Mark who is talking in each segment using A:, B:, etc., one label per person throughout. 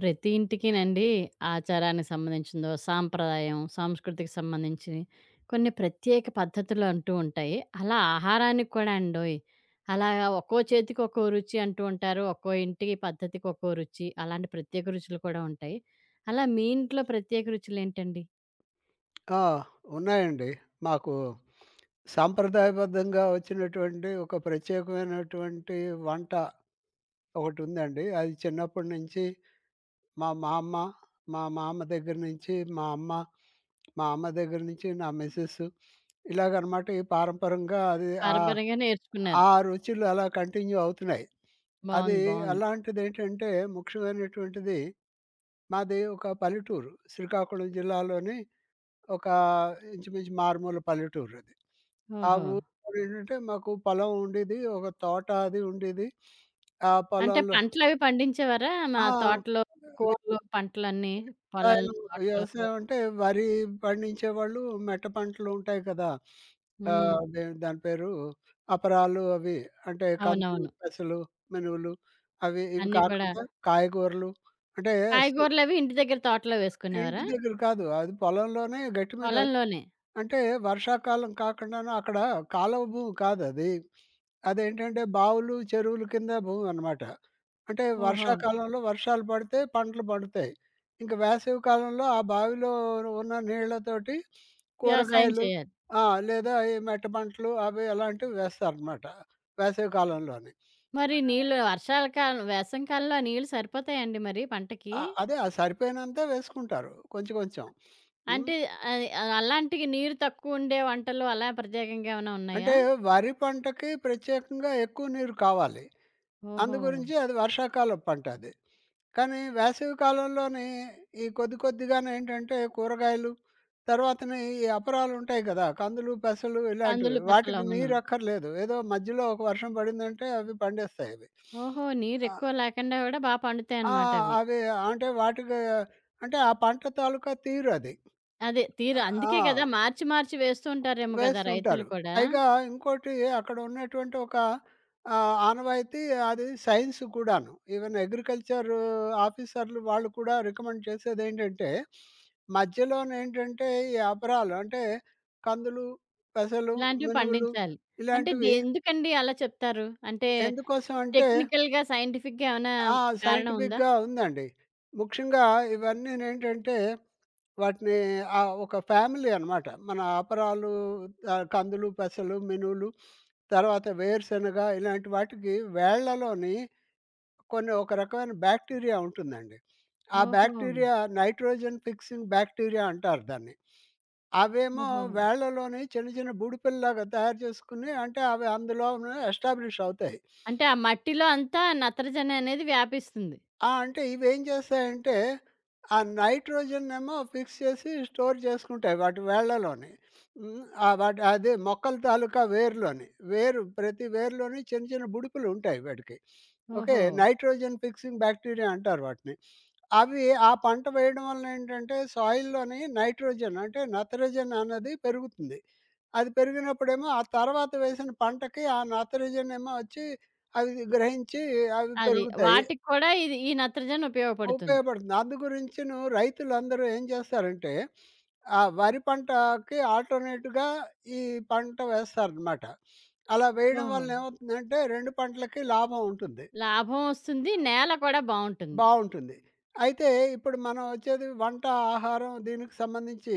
A: ప్రతి ఇంటికినండి ఆచారానికి సంబంధించిందో, సాంప్రదాయం, సంస్కృతికి సంబంధించినయి కొన్ని ప్రత్యేక పద్ధతులు అంటూ ఉంటాయి. అలా ఆహారానికి కూడా అండోయ్! అలాగా ఒక్కో చేతికి ఒక్కో రుచి అంటూ ఉంటారు. ఒక్కో ఇంటికి పద్ధతికి ఒక్కో రుచి. అలాంటి ప్రత్యేక రుచులు కూడా ఉంటాయి. అలా మీ ఇంట్లో ప్రత్యేక రుచులేంటండి?
B: ఆ! ఉన్నాయండి. మాకు సాంప్రదాయబద్ధంగా వచ్చినటువంటి ఒక ప్రత్యేకమైనటువంటి వంట ఒకటుందండి. అది చిన్నప్పటి నుంచి మా మామ్మ, మా మామ దగ్గర నుంచి మా అమ్మ, మా అమ్మ దగ్గర నుంచి నా మిసెస్ ఇలాగనమాట ఈ పారంపరంగా అది ఆహ్,
A: పరపరగా నేర్చుకున్నారు.
B: ఆ రుచులు అలా కంటిన్యూ అవుతున్నాయి. అది
A: బావుంది. బావుంది.
B: అలాంటిదేంటంటే ముఖ్యమైనటువంటిది మాది ఒక పల్లెటూరు. శ్రీకాకుళం జిల్లాలోని ఒక ఇంచుమించు మారుమూల పల్లెటూరది. ఆ
A: ఓహో!
B: ఊర్లో ఏంటంటే మాకు పొలం ఉండేది. ఒక తోట అది ఉండేది. ఆ
A: అంటే
B: పొలంలో
A: పంటలవి పండించేవారా? మా
B: ఆ!
A: తోటలో, కూరలు, పంటలన్నీ పొలంలో,
B: వ్యవసాయం,
A: తోటలో.
B: వ్యవసాయం అంటే వరి పండించేవాళ్ళు. మెట్ట పంటలు ఉంటాయి కదా!
A: హ్మ్.
B: అదే దాని పేరు అపరాలు అవి అంటే కందులు,
A: అవునవును.
B: పెసలు, మినువులు అవి ఇవి
A: అన్నీ కూడా
B: కాకుండా కాయగూరలు అంటే స్
A: కాయగూరలవి ఇంటి దగ్గర తోటలో
B: ఇంటి
A: వేసుకునేవారా?
B: దగ్గర కాదు. అది పొలంలోనే గట్టి మీద
A: పొలంలోనే.
B: అంటే వర్షాకాలం కాకుండాను అక్కడ కాలువ భూమి కాదది. అదేంటంటే బావులు, చెరువుల కింద భూమి అనమాట. అంటే
A: ఓహో!
B: వర్షాకాలంలో వర్షాలు పడితే పంటలు పండుతాయి. ఇంక వేసవి కాలంలో ఆ బావిలో ఉన్న నీళ్ళతోటి
A: వ్యవసాయం
B: కూరగాయలు
A: చేయాలి.
B: ఆ! లేదా ఈ మెట్ట పంటలు అవి అలాంటివి వేస్తారనమాట వేసవి కాలంలోని.
A: మరి నీళ్ళు వర్షాల కాలం వేసవి కాలంలో ఆ నీళ్ళు సరిపోతాయండి మరి పంటకి?
B: ఆ! అదే ఆ సరిపోయినంతే వేసుకుంటారు కొంచెం కొంచెం. హ్మ్.
A: అంటే అది అలాంటివి నీరు తక్కువుండే వంటలు అలా ప్రత్యేకంగా ఏమైనా ఉన్నాయా?
B: అంటే వరి పంటకి ప్రత్యేకంగా ఎక్కువ నీరు కావాలి.
A: ఓహో!
B: అందు గురించి అది వర్షాకాలం పంట అది. కానీ వేసవి కాలంలోని ఈ కొద్ది కొద్దిగానేంటంటే కూరగాయలు, తర్వాతనే ఈ అపరాలుంటాయి కదా! కందులు, పెసలు ఇలాంటివి.
A: కందులు, పెసలు
B: వాటికి
A: అవును.
B: నీరు అక్కర్లేదు. ఏదో మధ్యలో ఒక వర్షం పడిందంటే అవి పండేస్తాయి అవి.
A: ఓహో!
B: ఆ!
A: నీరెక్కువ లేకుండా కూడా బా
B: ఆ!
A: పండుతాయన్నమాట అవి.
B: అవి అంటే వాటికి అంటే ఆ పంట తాలూకా తీరు అది.
A: అదే తీర
B: ఆ!
A: అందుకే కదా!
B: ఆ!
A: మార్చి మార్చి వేస్తూ ఉంటారేమో కదా రైతులు
B: వేస్తుంటారు.
A: కూడా.
B: పైగా ఇంకోటి అక్కడ ఉన్నటువంటి ఒక ఆనవాయితీ అది సైన్స్ కూడాను. ఈవెన్ అగ్రికల్చర్ ఆఫీసర్‌లు వాళ్ళు కూడా రికమెండ్ చేసేదేంటంటే, మధ్యలోనేంటంటే ఈ అపరాలు అంటే కందులు, పెసలు,
A: ఇలాంటివి
B: మినువులు
A: పండించాలి. అంటే దే
B: ఇలాంటివి.
A: ఎందుకండి అలా చెప్తారు? అంటే
B: ఎందుకోసం అంటే
A: టెక్నికల్‌గా, సైంటిఫిక్‌గా ఏమైనా
B: ఆ!
A: కారణం ఉందా?
B: సైంటిఫిక్‌గా ఉందండి. ముఖ్యంగా ఇవన్నీనేంటంటే వాటిని ఆ ఒక ఫ్యామిలీ అనమాట. మన అపరాలు, కందులు, పెసలు, మినువులు, తర్వాత వేరుశనగ ఇలాంటి వాటికి వేళ్ళలోని కొన్ని ఒక రకమైన బ్యాక్టీరియా ఉంటుందండి. ఆ
A: ఓహో!
B: బ్యాక్టీరియా నైట్రోజన్ ఫిక్సింగ్ బ్యాక్టీరియా అంటారు దాన్ని. అవేమో
A: ఓహో!
B: వేళ్ళలోని చిన్న చిన్న బుడిపెలలాగా తయారు చేసుకొని అంటే అవి అందులోనే ఎస్టాబ్లిష్ అవుతాయి.
A: అంటే ఆ మట్టిలో అంతా నత్రజని అనేది వ్యాపిస్తుంది.
B: ఆ! అంటే ఇవేం చేస్తాయంటే, ఆ నైట్రోజన్ ఏమో ఫిక్స్ చేసి స్టోర్ చేసుకుంటాయి వాటి వేళ్ళలోని. హ్మ్. వాటి అదే మొక్కల తాలూకా వేరులోని. వేరు ప్రతి వేరులోని చిన్న చిన్న బుడిపులు ఉంటాయి వాటికి. ఓకే.
A: ఓహో!
B: నైట్రోజన్ ఫిక్సింగ్ బ్యాక్టీరియా అంటారు వాటిని. అవి ఆ పంట వేయడం వలన ఏంటంటే సాయిల్‌లోని నైట్రోజన్ అంటే నత్రజని అన్నది పెరుగుతుంది. అది పెరిగినప్పుడేమో ఆ తర్వాత వేసిన పంటకి ఆ నత్రజన్ ఏమో వచ్చి అవి గ్రహించి అవి
A: అది.
B: పెరుగుతాయి.
A: వాటికి కూడా ఇది ఈ నత్రజని ఉపయోగపడుతుంది.
B: ఉపయోగపడుతుంది. అందు గురించిను రైతులందరూ ఏం చేస్తారంటే, ఆ వరి పంటకి ఆల్టర్‌నేట్‌గా ఈ పంట వేస్తారనమాట. అలా వేయడం
A: ఓహో!
B: వలన ఏమవుతుందంటే 2 పంటలకి లాభం ఉంటుంది.
A: లాభం వస్తుంది. నేల కూడా బావుంటుంది.
B: బావుంటుంది. అయితే ఇప్పుడు మనం వచ్చేది వంట, ఆహారం దీనికి సంబంధించి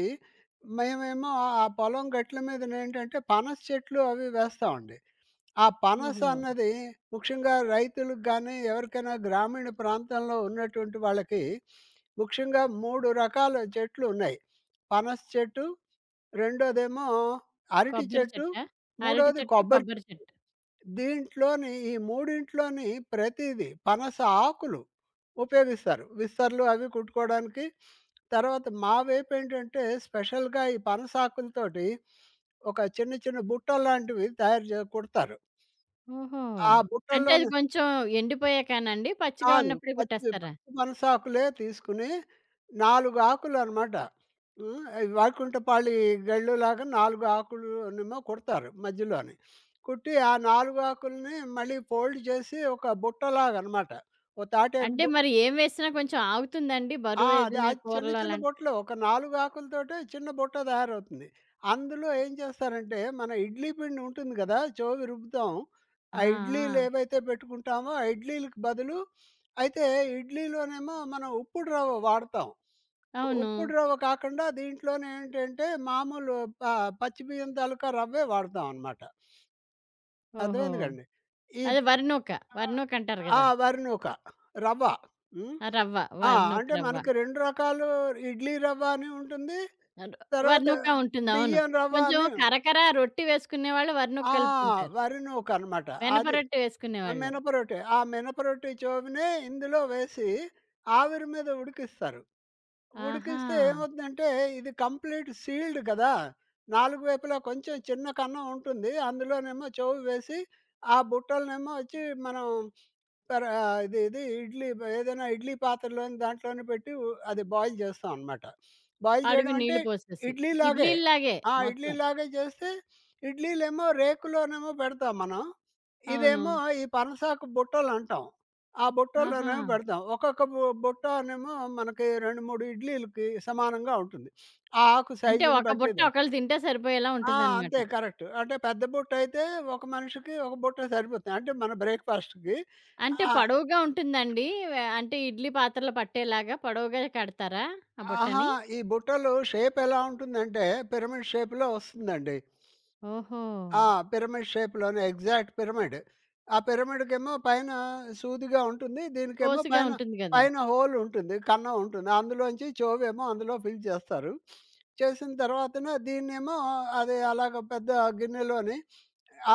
B: మేమేమో ఆ ఆ పొలం గట్ల మీదనేంటంటే పనస చెట్లు అవి వేస్తామండి. ఆ పనస
A: ఓహో!
B: అన్నది ముఖ్యంగా రైతులకు గానీ, ఎవరికైనా గ్రామీణ ప్రాంతంలో ఉన్నటువంటి వాళ్ళకి, ముఖ్యంగా 3 రకాల చెట్లు ఉన్నాయి. పనస చెట్టు, రెండోదేమో అరటి
A: కొబ్బరి
B: చెట్టు,
A: చెట్టా? అరటి
B: మూడోది
A: చెట్టు,
B: కొబ్బరి
A: కొబ్బరి
B: చెట్టు.
A: చెట్టు.
B: దీంట్లోని ఈ మూడింట్లోని ప్రతీది పనస ఆకులు ఉపయోగిస్తారు. విస్తర్లు అవి కుట్టుకోవడానికి. తర్వాత మా వైపు ఏంటంటే స్పెషల్‌గా ఈ పనసాకులతోటి ఒక చిన్న చిన్న బుట్టల్లాంటివి తయారు కుడతారు.
A: ఓహో!
B: ఆ
A: అంటే అది
B: బుట్టల్లోనే
A: కొంచెం ఎండిపోయాకనండి? పచ్చిగా
B: కాదు.
A: ఉన్నప్పుడే
B: పచ్చి
A: కుట్టేస్తారా?
B: పచ్చి మనసాకులే తీసుకొని 4 ఆకులనమాట. హ్మ్. అవి వైకుంఠపాళీ గెళ్ళులాగా 4 ఆకులునేమో కుడతారు మధ్యలోని. కుట్టి ఆ 4 ఆకుల్ని మళ్ళీ ఫోల్డ్ చేసి ఒక బుట్టలాగనమాట. ఓ తాటాకు
A: అంటే
B: బు
A: మరి ఏం వేసినా కొంచెం ఆగుతుందండి?
B: ఆ! అదే.
A: బరువేదైనా
B: అది చిన్న
A: కూరలు
B: చిన్న
A: అలాంటి
B: బుట్టలు. ఒక 4 ఆకులతోటే చిన్న బుట్ట తయారవుతుంది. అందులో ఏం చేస్తారంటే, మన ఇడ్లీ పిండి ఉంటుంది గదా! చెవికి రుబ్బుతాం.
A: ఆ!
B: ఆ ఇడ్లీలు
A: ఆ!
B: ఏవైతే పెట్టుకుంటామో, ఆ ఇడ్లీలకి బదులు అయితే ఇడ్లీలోనేమో మనం ఉప్పుడు రవ్వ వాడతాం. ఉ
A: అవును.
B: ఉప్పుడు రవ్వ కాకుండా దీంట్లోనే ఏంటంటే, మామూలు ప పచ్చి బియ్యం తాలూకా రవ్వే వాడతాం అనమాట.
A: ఓహో!
B: అర్థమైంది కదండీ! ఈ
A: అదే వరినూక. వరినూక అంటారు
B: ఆ!
A: గదా!
B: వరి నూక, రవ్వ. హ్మ్.
A: ఆ రవ్వ.
B: ఆ!
A: వరినూక
B: అంటే
A: రవ్వ.
B: మనకి 2 రకాలు ఇడ్లీ రవ్వ అని ఉంటుంది.
A: అదొ
B: తర్వాత
A: వరినూక ఉంటుంది. అవును.
B: బియ్యం రవ్వ
A: కొంచెం
B: అని
A: కరకర రొట్టి వేసుకునేవాళ్ళు వరినూక
B: ఆ!
A: కలుపుకుంటారు.
B: వరి నూక అనమాట.
A: వెనప
B: అది.
A: రొట్టె వేసుకునేవాళ్ళు.
B: మినప రొట్టె. ఆ మినప రొట్టె చోవనే ఇందులో వేసి ఆవిరి మీద ఉడికిస్తారు.
A: ఆహా!
B: ఉడికిస్తే ఏమవుతుందంటే ఇది కంప్లీట్ సీల్డ్ కదా! నాలుగు వైపులా కొంచెం చిన్న కన్నం ఉంటుంది. అందులోనేమో చెవి వేసి, ఆ బుట్టలనేమో వచ్చి మనం ఇది ఇది ఇడ్లీ ఏదైనా ఇడ్లీ పాత్రలోని దాంట్లోనే పెట్టి అది బాయిల్ చేస్తాం అనమాట. బాయిల్
A: అడుగు
B: చేయడం అంటే
A: నీళ్లు పోసేసి.
B: ఇడ్లీలాగే.
A: ఇడ్లీల్లాగే
B: ఆ!
A: మొత్తం.
B: ఇడ్లీలాగే చేస్తే ఇడ్లీలేమో రేకులోనేమో పెడతాం మనం.
A: అవును.
B: ఇదేమో ఈ పనసాకు బుట్టలంటాం. ఆ
A: ఆహా!
B: బుట్టలోనేమో పెడతాం. ఒక్కొక్క బుట్ట నేమో మనకి 2, 3 ఇడ్లీలకి సమానంగా ఉంటుంది. ఆ ఆకు
A: అంటే
B: సైజుని
A: ఒక
B: బట్టి
A: బుట్ట
B: దా
A: ఒకళ్ళు తింటే సరిపోయేలా
B: ఆ!
A: ఉంటుందనమాట.
B: అంతే కరెక్ట్. అంటే పెద్ద బుట్టయితే ఒక మనిషికి ఒక బుట్ట సరిపోతుంది. అంటే మన బ్రేక్‌ఫాస్ట్‌కి.
A: అంటే
B: ఆహ్,
A: పొడవుగా ఉంటుందండి. వె అంటే ఇడ్లీ పాత్రలో పట్టేలాగా పొడవుగా కడతారా ఆ
B: అహా!
A: బుట్టని?
B: ఈ బుట్టలు షేప్ ఎలా ఉంటుందంటే పిరమిడ్ షేప్‌లో వస్తుందండి.
A: ఓహో!
B: ఆ! పిరమిడ్ షేప్‌లోనే ఎగ్జాక్ట్ పిరమిడ్. ఆ పిరమిడ్‌కేమో పైన సూదిగా ఉంటుంది. దీనికేమో
A: కోసుగా
B: పైన
A: ఉంటుంది గదా!
B: పైన హోల్ ఉంటుంది. కన్నం ఉంటుంది. అందులోంచి చెవేమో అందులో ఫిల్ చేస్తారు. చేసిన తర్వాతన దీన్నేమో అది అలాగ పెద్ద గిన్నెలోని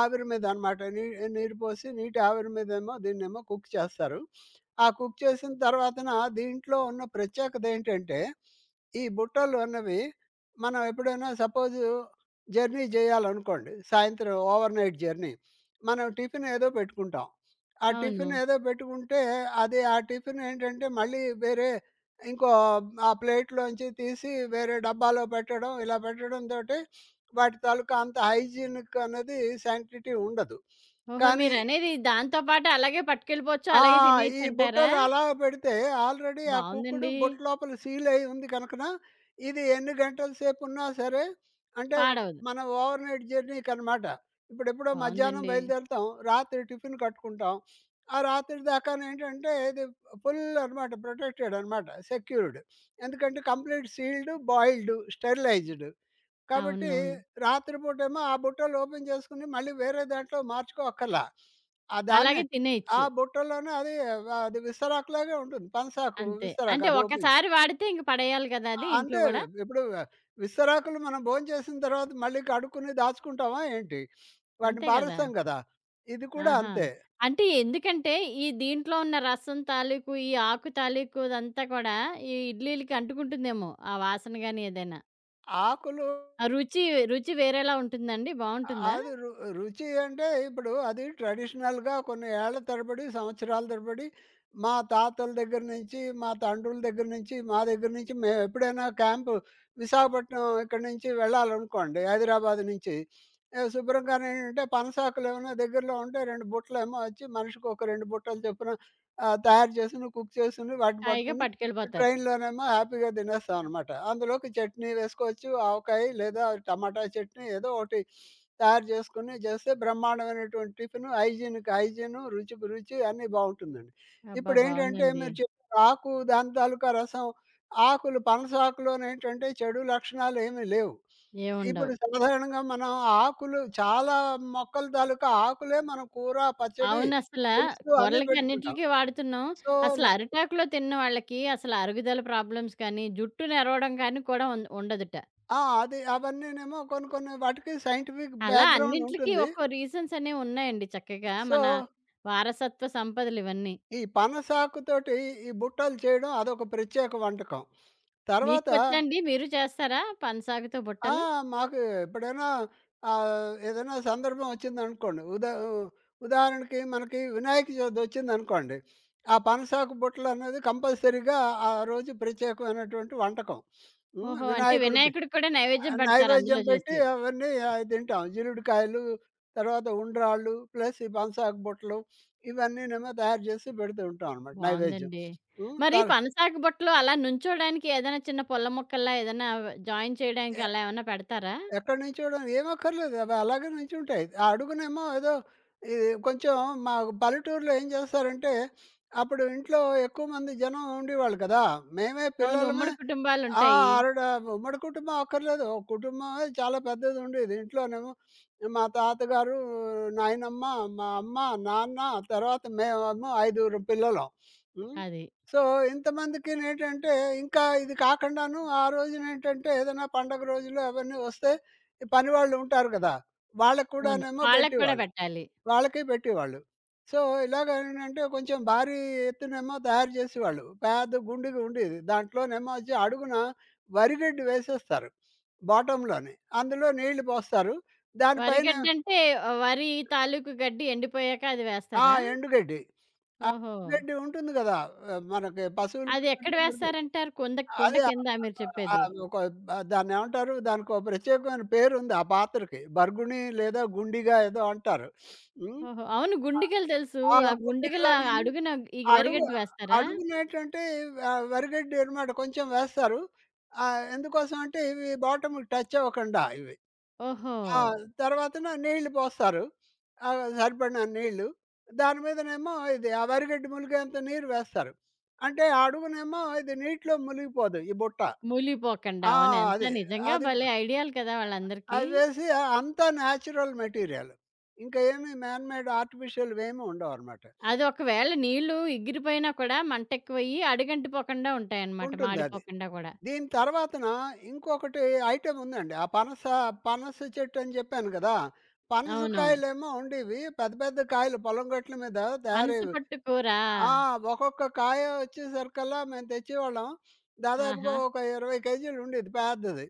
B: ఆవిరి మీద అనమాట నీరు పోసి నీటి ఆవిరి మీదేమో దీన్నేమో కుక్ చేస్తారు. ఆ కుక్ చేసిన తర్వాతన దీంట్లో ఉన్న ప్రత్యేకత ఏంటంటే, ఈ బుట్టలు అన్నవి మనం ఎప్పుడైనా సపోజు జర్నీ చేయాలనుకోండి. సాయంత్రం ఓవర్‌నైట్ జర్నీ. మనం టిఫిన్ ఏదో పెట్టుకుంటాం. ఆ
A: అవును.
B: టిఫిన్ ఏదో పెట్టుకుంటే అది ఆ టిఫిన్ ఏంటంటే మళ్ళీ వేరే ఇంకో ఆ ప్లేట్‌లోంచి తీసి వేరే డబ్బాలో పెట్టడం ఇలా పెట్టడంతోటి వాటి తాలూకా అంత హైజీనిక్ అన్నది శానిటరీ ఉండదు.
A: ఓహో!
B: కానీ
A: మీరనేది దాంతో పాటు అలాగే పట్టుకెళ్ళిపోవచ్చు,
B: ఆ!
A: అలాగే
B: ఈ
A: తినేయొచ్చంటారా?
B: బుట్టలో అలా పెడితే ఆల్రెడీ ఆ కుక్కుడు
A: బావుందండి.
B: బుట్ట లోపల సీల్ అయ్యి ఉంది కనుకన, ఇది ఎన్ని గంటల సేపు ఉన్నా సరే, అంటే
A: పాడవదు.
B: మనం ఓవర్ నైట్ జర్నీకనమాట. ఇప్పుడెప్పుడో మధ్యాహ్నం
A: బావుందండి.
B: బయలుదేరుతాం. రాత్రి టిఫిన్ కట్టుకుంటాం. ఆ రాత్రి దాకానేంటంటే ఇది ఫుల్ అనమాట. ప్రొటెక్టెడ్ అనమాట. సెక్యూర్డ్. ఎందుకంటే కంప్లీట్ సీల్డ్, బాయిల్డ్, స్టెరిలైజ్డ్. కాబట్టి
A: అవునవును.
B: రాత్రిపూటేమో ఆ బుట్టలు ఓపెన్ చేసుకుని మళ్ళీ వేరే దాంట్లో మార్చుకోక్కర్లా. ఆ దాన్నే
A: అలాగే
B: ఆ
A: తినేయొచ్చు.
B: బుట్టలోనే అది అది విస్తరాకులాగే ఉంటుంది. పనసాకు,
A: అంతే.
B: విస్తరాకు
A: అంటే
B: అది ఓపెన్
A: ఒక్కసారి వాడితే ఇంక పడేయాలి గదా అది ఇంట్లో
B: అంతే.
A: గూడా.
B: ఇప్పుడు విస్తరాకులు మనం భోంచేసిన తర్వాత మళ్ళీ కడుక్కుని దాచుకుంటామా ఏంటి? వాటిని
A: అంతే గదా!
B: పారేస్తాం కదా! ఇది కూడా
A: ఆహా!
B: అంతే.
A: అంటే ఎందుకంటే, ఈ దీంట్లో ఉన్న రసం తాలూకు, ఈ ఆకు తాలూకు అదంతా కూడా ఈ ఇడ్లీలకి అంటుకుంటుందేమో! ఆ వాసన గాని ఏదైనా.
B: ఆకులు
A: ఆ రుచి, వేరేలా ఉంటుందండి? బావుంటుందా?
B: అది రు రుచి అంటే ఇప్పుడు అది ట్రెడిషనల్‌గా కొన్ని ఏళ్ల తరబడి, సంవత్సరాల తరబడి మా తాతల దగ్గర నుంచి, మా తండ్రుల దగ్గర నుంచి, మా దగ్గర నుంచి మేమెప్పుడైనా క్యాంప్ విశాఖపట్నం ఇక్కడి నుంచి వెళ్ళాలనుకోండి హైదరాబాద్ నుంచి, శుభ్రంగానేంటంటే పనసాకులేమన్నా దగ్గరలో ఉంటే 2 బుట్టలేమో వచ్చి మనిషికి ఒక 2 బుట్టలు చొప్పున తయారు చేసుకొని, కుక్ చేసుకొని వాటిని
A: హాయిగా
B: పట్టుకొని
A: పట్టుకెళ్ళిపోతారు.
B: ట్రైన్‌లోనేమో హ్యాపీగా తినేస్తాం అనమాట. అందులోకి చట్నీ వేసుకోవచ్చు. ఆవకాయ లేదా టమాటా చట్నీ ఏదో ఒకటి తయారు చేసుకొని చేస్తే బ్రహ్మాండమైనటువంటి టిఫిను. హైజీన్‌కి హైజీను, రుచికి రుచి అన్నీ బావుంటుందండి.
A: అబ్బా!
B: ఇప్పుడేంటంటే
A: బావుందండి.
B: మీరు చెప్పిన ఆకు దాని తాలూకా రసం, ఆకులు పనస ఆకులోనేంటంటే చెడు లక్షణాలు ఏమీ లేవు.
A: ఏముండవు.
B: ఇప్పుడు సాధారణంగా మనం ఆకులు చాలా మొక్కల తాలూకా ఆకులే మనం కూర, పచ్చడి,
A: అవునసల
B: పులుసు అన్నీ
A: కూరలకి
B: పెట్టుకుంటాం.
A: అన్నిట్లికి వాడుతున్నాం.
B: సో,
A: అసలు
B: నే
A: అరిటాకులో తిన్న వాళ్ళకి అసలు అరుగుదల ప్రాబ్లమ్స్ కానీ, జుట్టు నెరవడం కానీ కూడా ఉండదుట.
B: ఆ! అది అవన్నీనేమో కొన్ని కొన్ని వాటికి సైంటిఫిక్
A: అలా
B: బ్యాక్‌గ్రౌండ్
A: అన్నింట్లికి
B: ఉంటుంది.
A: ఒక్కో రీజన్స్ అనేవున్నాయండి చక్కగా
B: సో,
A: మన వారసత్వ సంపదలివన్నీ.
B: ఈ పనసాకుతోటి ఈ బుట్టలు చేయడం అదొక ప్రత్యేక వంటకం.
A: మీకు
B: తర్వాత
A: వచ్చాండి? మీరు చేస్తారా? పనసాగుతో
B: ఆ!
A: బుట్టలు?
B: మాకు ఎప్పుడైనా ఏదైనా సందర్భం వచ్చిందనుకోండి. ఉదాహరణకి మనకి వినాయక చవితి వచ్చిందనుకోండి. ఆ పనసాకు బుట్టలనేది కంపల్సరీగా ఆ రోజు ప్రత్యేకమైనటువంటి వంటకం. హ్మ్.
A: ఓహో! అంటే
B: వినాయకుడికి.
A: వినాయకుడికి కూడా
B: ఆ!
A: నైవేద్యం పెడతారు
B: నైవేద్యం
A: అందులో
B: పెట్టి
A: చేసి.
B: అవన్నీ తింటాం. జీలుడికాయలు, తర్వాత ఉండ్రాళ్ళు, ప్లస్ ఈ బంసాకు బుట్టలు ఇవన్నీనేమో తయారు చేసి పెడుతూ ఉంటాం అనమాట నైవేద్యం.
A: బావుందండి.
B: హ్మ్.
A: మరి పనసాగు బుట్టలో అలా నుంచోడానికి ఏదైనా చిన్న పుల్ల ముక్కల్లా ఏదైనా జాయిన్ చేయడానికి
B: ఎ
A: అలా ఏమన్నా పెడతారా?
B: ఎక్కడి నుంచోడం ఏమక్కర్లేదు. అవి అలాగే నించుంటాయి. ఆ అడుగునేమో ఏదో ఈ కొంచెం మా పల్లెటూరులో ఏం చేస్తారంటే, అప్పుడు ఇంట్లో ఎక్కువ మంది జనం ఉండేవాళ్ళు కదా! మేమే
A: అవును.
B: పిల్లలమే
A: ఉమ్మడి
B: ఆ!
A: కుటుంబాలుంటాయి.
B: ఆరుడ ఉమ్మడి కుటుంబం అక్కర్లేదు. ఒక కుటుంబమే చాలా పెద్దది ఉండేది. ఇంట్లోనేమో మా తాతగారు, నాయనమ్మ, మా అమ్మ, నాన్న తర్వాత మేమేమో ఐదుగురం పిల్లలం. హ్మ్.
A: అది.
B: సో, ఇంతమందికినేంటంటే ఇంకా ఇది కాకుండాను ఆ రోజునేంటంటే ఏదైనా పండగ రోజులు అవన్నీ వస్తే ఈ పనివాళ్ళుంటారు గదా! వాళ్ళకి
A: అవును.
B: కూడానేమో
A: వాళ్ళకి కూడా
B: పెట్టేవాళ్ళు.
A: పెట్టాలి.
B: వాళ్ళకి పెట్టేవాళ్ళు. సో, ఇలాగేంటంటే కొంచెం భారీ ఎత్తునేమో తయారు చేసేవాళ్ళు. పెద్ద గుండుగా ఉండేది. దాంట్లోనేమో వచ్చి అడుగున వరిగడ్డి వేసేస్తారు బాటమ్‌లోని. అందులో నీళ్లు పోస్తారు. దానిపైన
A: వరిగడ్డంటే వరి తాలూకు గడ్డి ఎండిపోయాక అది
B: ఆ!
A: వేస్తారా?
B: ఎండుగడ్డి. ఆ
A: ఓహో!
B: ఎండుగడ్డి ఉంటుంది గదా! మనకి పశువులకి
A: అది ఎక్కడ
B: వాటికి పెడుతూ
A: వేస్తారంటారు? కుండ కుండ
B: అదే ఆహ్,
A: కిందా మీరు చెప్పేది?
B: ఆహ్, ఒక దాన్నేమంటారు? దానికో ప్రత్యేకమైన పేరుంది ఆ పాత్రకి. బర్గుణి లేదా గుండిగా ఏదో అంటారు. హ్మ్.
A: ఓహో! అవును.
B: ఆ!
A: గుండిగలు తెలుసు.
B: ఆ
A: ఆ గుండిగల
B: గుండిగలోనేమో
A: అడుగున ఈ
B: అడుగు
A: వరిగడ్డి వేస్తారా?
B: అడుగునేంటంటే వరిగడ్డి అనమాట కొంచెం వేస్తారు. ఎందుకోసం అంటే ఇవి బాటమ్‌కి టచ్ అవ్వకుండా ఇవి.
A: ఓహో!
B: ఆ! తర్వాతన నీళ్లు పోస్తారు. సరిపడినన్ని నీళ్లు. దాని మీదనేమో ఇది ఆ వరిగడ్డి ములిగేంత నీరు వేస్తారు. అంటే ఆ అడుగునేమో ఇది నీటిలో మునిగిపోదు ఈ బుట్ట.
A: మూలిగిపోకండా.
B: ఆ!
A: అవును. ఎంత
B: అది.
A: నిజంగా
B: అది
A: భలే ఐడియాలు కదా! వాళ్ళందరికీ.
B: అది వేసి అంతా నేచురల్ మెటీరియల్. ఇంకా ఏమి మ్యాన్ మేడ్ ఆర్టిఫిషియల్‌వేమి ఉండవనమాట.
A: అది ఒకవేళ నీళ్ళు ఇగిరిపోయినా కూడా మంటెక్కువయ్యి అడుగంటిపోకుండా ఉంటాయన్నమాట.
B: ఉంటుందది.
A: మాడిపోకుండా కూడా.
B: దీని తర్వాతన ఇంకొకటి ఐటెమ్ ఉందండి. ఆ పనస, పనస చెట్టు అని చెప్పాను గదా!
A: అవునవును.
B: పనసకాయలేమో ఉండేవి. పెద్ద పెద్ద కాయలు పొలం గట్ల మీద తయారయ్యేవి.
A: పనసపొట్టు కూర.
B: ఆ! ఒక్కొక్క కాయ వచ్చేసరికల్లా మేము తెచ్చేవాళ్ళం. దాదాపుగా
A: ఆహా!
B: ఒక 20 కేజీలు ఉండేది పెద్దది.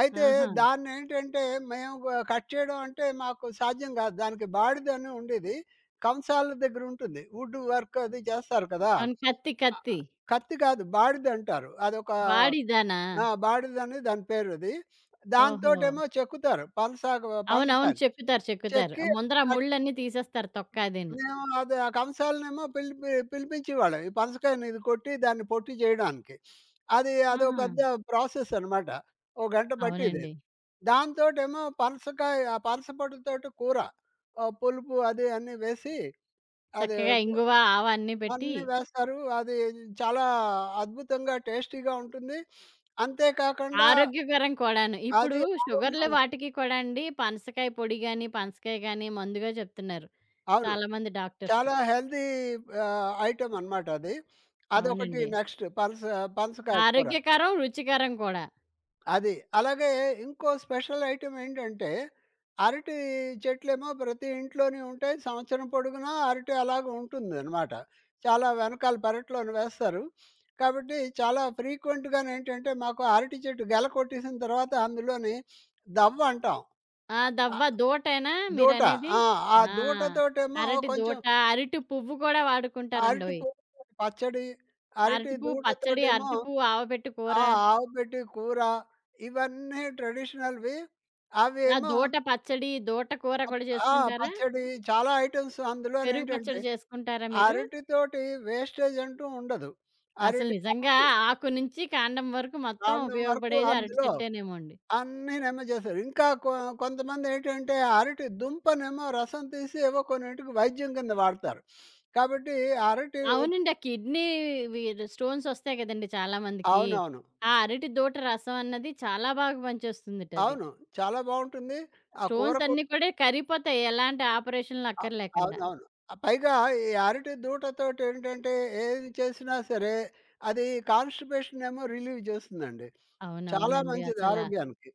B: అయితే
A: ఆహా!
B: దాన్నేంటంటే మేము కట్ చేయడం అంటే మాకు సాధ్యం కాదు. దానికి బాడిదని ఉండేది. కంసాల దగ్గర ఉంటుంది. వుడ్ వర్క్ అది చేస్తారు కదా!
A: అవును. కత్తి,
B: ఆ!
A: కత్తి.
B: కత్తి కాదు బాడిదంటారు. అదొక
A: వాడిదానా?
B: ఆ! బాడిదని దాని పేరది.
A: ఓహో!
B: దాంతోటేమో చెక్కుతారు. పనస
A: అవునవును.
B: పనసకాయలు
A: చెక్కుతారు.
B: చెక్కి
A: ముందర ఆ
B: కట్
A: ముళ్ళన్నీ తీసేస్తారు తొక్క అదీను.
B: మేము అదే ఆ కంసాలనేమో పిలిపించేవాళ్ళం. ఈ పనసకాయని ఇది కొట్టి దాన్ని పొట్టు చేయడానికి. అది అదో
A: ఆహా!
B: పెద్ద ప్రాసెస్ అనమాట. ఓ గంట పట్టేది.
A: అవునండి.
B: దాంతోటేమో పనసకాయ ఆ పనస పొట్టుతోటి కూర. పులుపు అది అన్నీ వేసి అది
A: చక్కగా
B: కు
A: ఇంగువ, ఆవ అన్నీ పెట్టి
B: అన్నీ వేస్తారు. అది చాలా అద్భుతంగా టేస్టీగా ఉంటుంది. అంతే కాకుండా
A: ఆరోగ్యకరం కూడాను. ఇప్పుడు
B: అది
A: షుగర్‌లు
B: ఆరోగ్యం
A: వాటికి కూడా అండి పనసకాయ పొడి గాని, పనసకాయ గాని మందుగా చెప్తున్నారు.
B: అవును.
A: చాలామంది డాక్టర్స్.
B: చాలా హెల్తీ ఐటెమ్ అనమాట అది. అదొకటి
A: అవునండి.
B: నెక్స్ట్ పనస పనసకాయ కూర.
A: ఆరోగ్యకరం, రుచికరం కూడా.
B: అది. అలాగే ఇంకో స్పెషల్ ఐటెమ్ ఏంటంటే, అరటి చెట్లేమో ప్రతి ఇంట్లోని ఉంటాయి. సంవత్సరం పొడుగునా అరటి అలాగ ఉంటుందనమాట. చాలా వెనకాల పెరట్లోని వేస్తారు. కాబట్టి చాలా ఫ్రీక్వెంట్‌గానేంటంటే, మాకు అరటి చెట్టు గెల కొట్టేసిన తర్వాత అందులోని దవ్వ అంటాం.
A: ఆ!
B: ఆహ్,
A: దవ్వ
B: ఆహ్,
A: దూటేనా
B: దూట.
A: మీరనేది?
B: ఆ! ఆ
A: ఆ!
B: దూటతోటేమో
A: అరటి
B: కొంచెం
A: దూట, అరటి పువ్వు కూడా
B: అరటి
A: వాడుకుంటారండోయ్!
B: పువ్వు పచ్చడి, అరటి
A: అరటి పువ్వు పచ్చడి,
B: దూటతోటేమో
A: అరటి పువ్వు ఆవబెట్టి కూర.
B: ఆ! ఆవపెట్టి కూర ఇవన్నీ ట్రెడిషనల్‌వి.
A: ఆ!
B: అవేమో
A: దూట పచ్చడి, దూట కూర
B: అప్
A: కూడా
B: ఆ!
A: చేసుకుంటారా?
B: పచ్చడి చాలా ఐటెమ్స్
A: పెరుగు పచ్చడి
B: అందులోనేంటంటే,
A: చేసుకుంటారా మీరు?
B: అరటితోటి వేస్టేజ్ అంటూ ఉండదు.
A: అసలు
B: అరటి
A: నిజంగా
B: ఆకు
A: ఆకు నుంచి కాండం వరకు మొత్తం
B: కాండం వరకు
A: ఉపయోగపడేది అరటి
B: అందులో
A: చెట్టేనేమో అండి.
B: అన్నీ నిల్వ చేశారు. ఇంకా కొంతమందేంటంటే, అరటి దుంపనేమో రసం తీసి ఏవో కొన్నింటికి వైద్యం కింద వాడతారు. కాబట్టి అరటి
A: అవునండి. ఆ కిడ్నీ వి స్టోన్స్ వస్తాయి కదండీ చాలా మందికి.
B: అవునవును.
A: ఆ అరటి దూట రసం అన్నది చాలా బాగా పనిచేస్తుందట అది.
B: అవును. చాలా బావుంటుంది. ఆ కూర
A: స్టోన్స్ అన్నీ
B: కూడా
A: కూడా కరిగిపోతాయి ఎలాంటి ఆపరేషన్‌లు
B: అ
A: అక్కర్లేకుండా.
B: అవునవును. పైగా ఈ అరటి దూటతోటేంటంటే ఏది చేసినా సరే, అది కాన్‌స్టిపేషన్ ఏమో రిలీవ్ చేస్తుందండి. చాలా
A: అవునవునండి.
B: మంచిది
A: అసల
B: ఆరోగ్యానికి.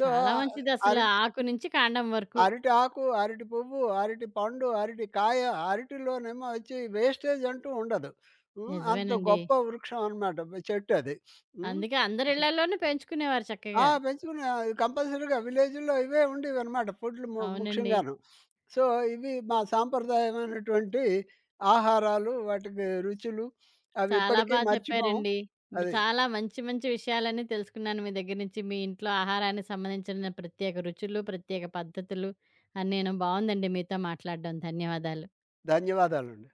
B: సో,
A: చాలా
B: ఆహ్,
A: మంచిది అసల
B: అరటి
A: ఆకు నుంచి కాండం వరకు.
B: అరటి ఆకు, అరటి పువ్వు, అరటి పండు, అరటి కాయ, అరటిలోనేమో వచ్చి వేస్టేజ్ అంటూ ఉండదు. హ్మ్. అంత
A: నిజమేనండి.
B: గొప్ప వృక్షం అనమాట. చెట్టది. హ్మ్.
A: అందుకే అందరి ఇళ్లలోనూ పెంచుకునేవారు
B: ఆ!
A: చక్కగా.
B: పెంచుకునే కంపల్సరీగా విలేజ్‌లో ఇవే ఉండేవనమాట ఫుడ్‌లు
A: అవునండి.
B: ముఖ్యంగాను. సో, ఇవి మా సాంప్రదాయమైనటువంటి ఆహారాలు, వాటికి రుచులు అవి
A: చాలా బా
B: ఇప్పటికీ మర్చిపోము.
A: చెప్పారండి. బ్
B: అది.
A: చాలా మంచి మంచి విషయాలన్నీ తెలుసుకున్నాను మీ దగ్గర నుంచి. మీ ఇంట్లో ఆహారానికి సంబంధించిన ప్రత్యేక రుచులు, ప్రత్యేక పద్ధతులు అన్నీను. బావుందండి మీతో మాట్లాడడం. ధన్యవాదాలు.
B: ధన్యవాదాలండి.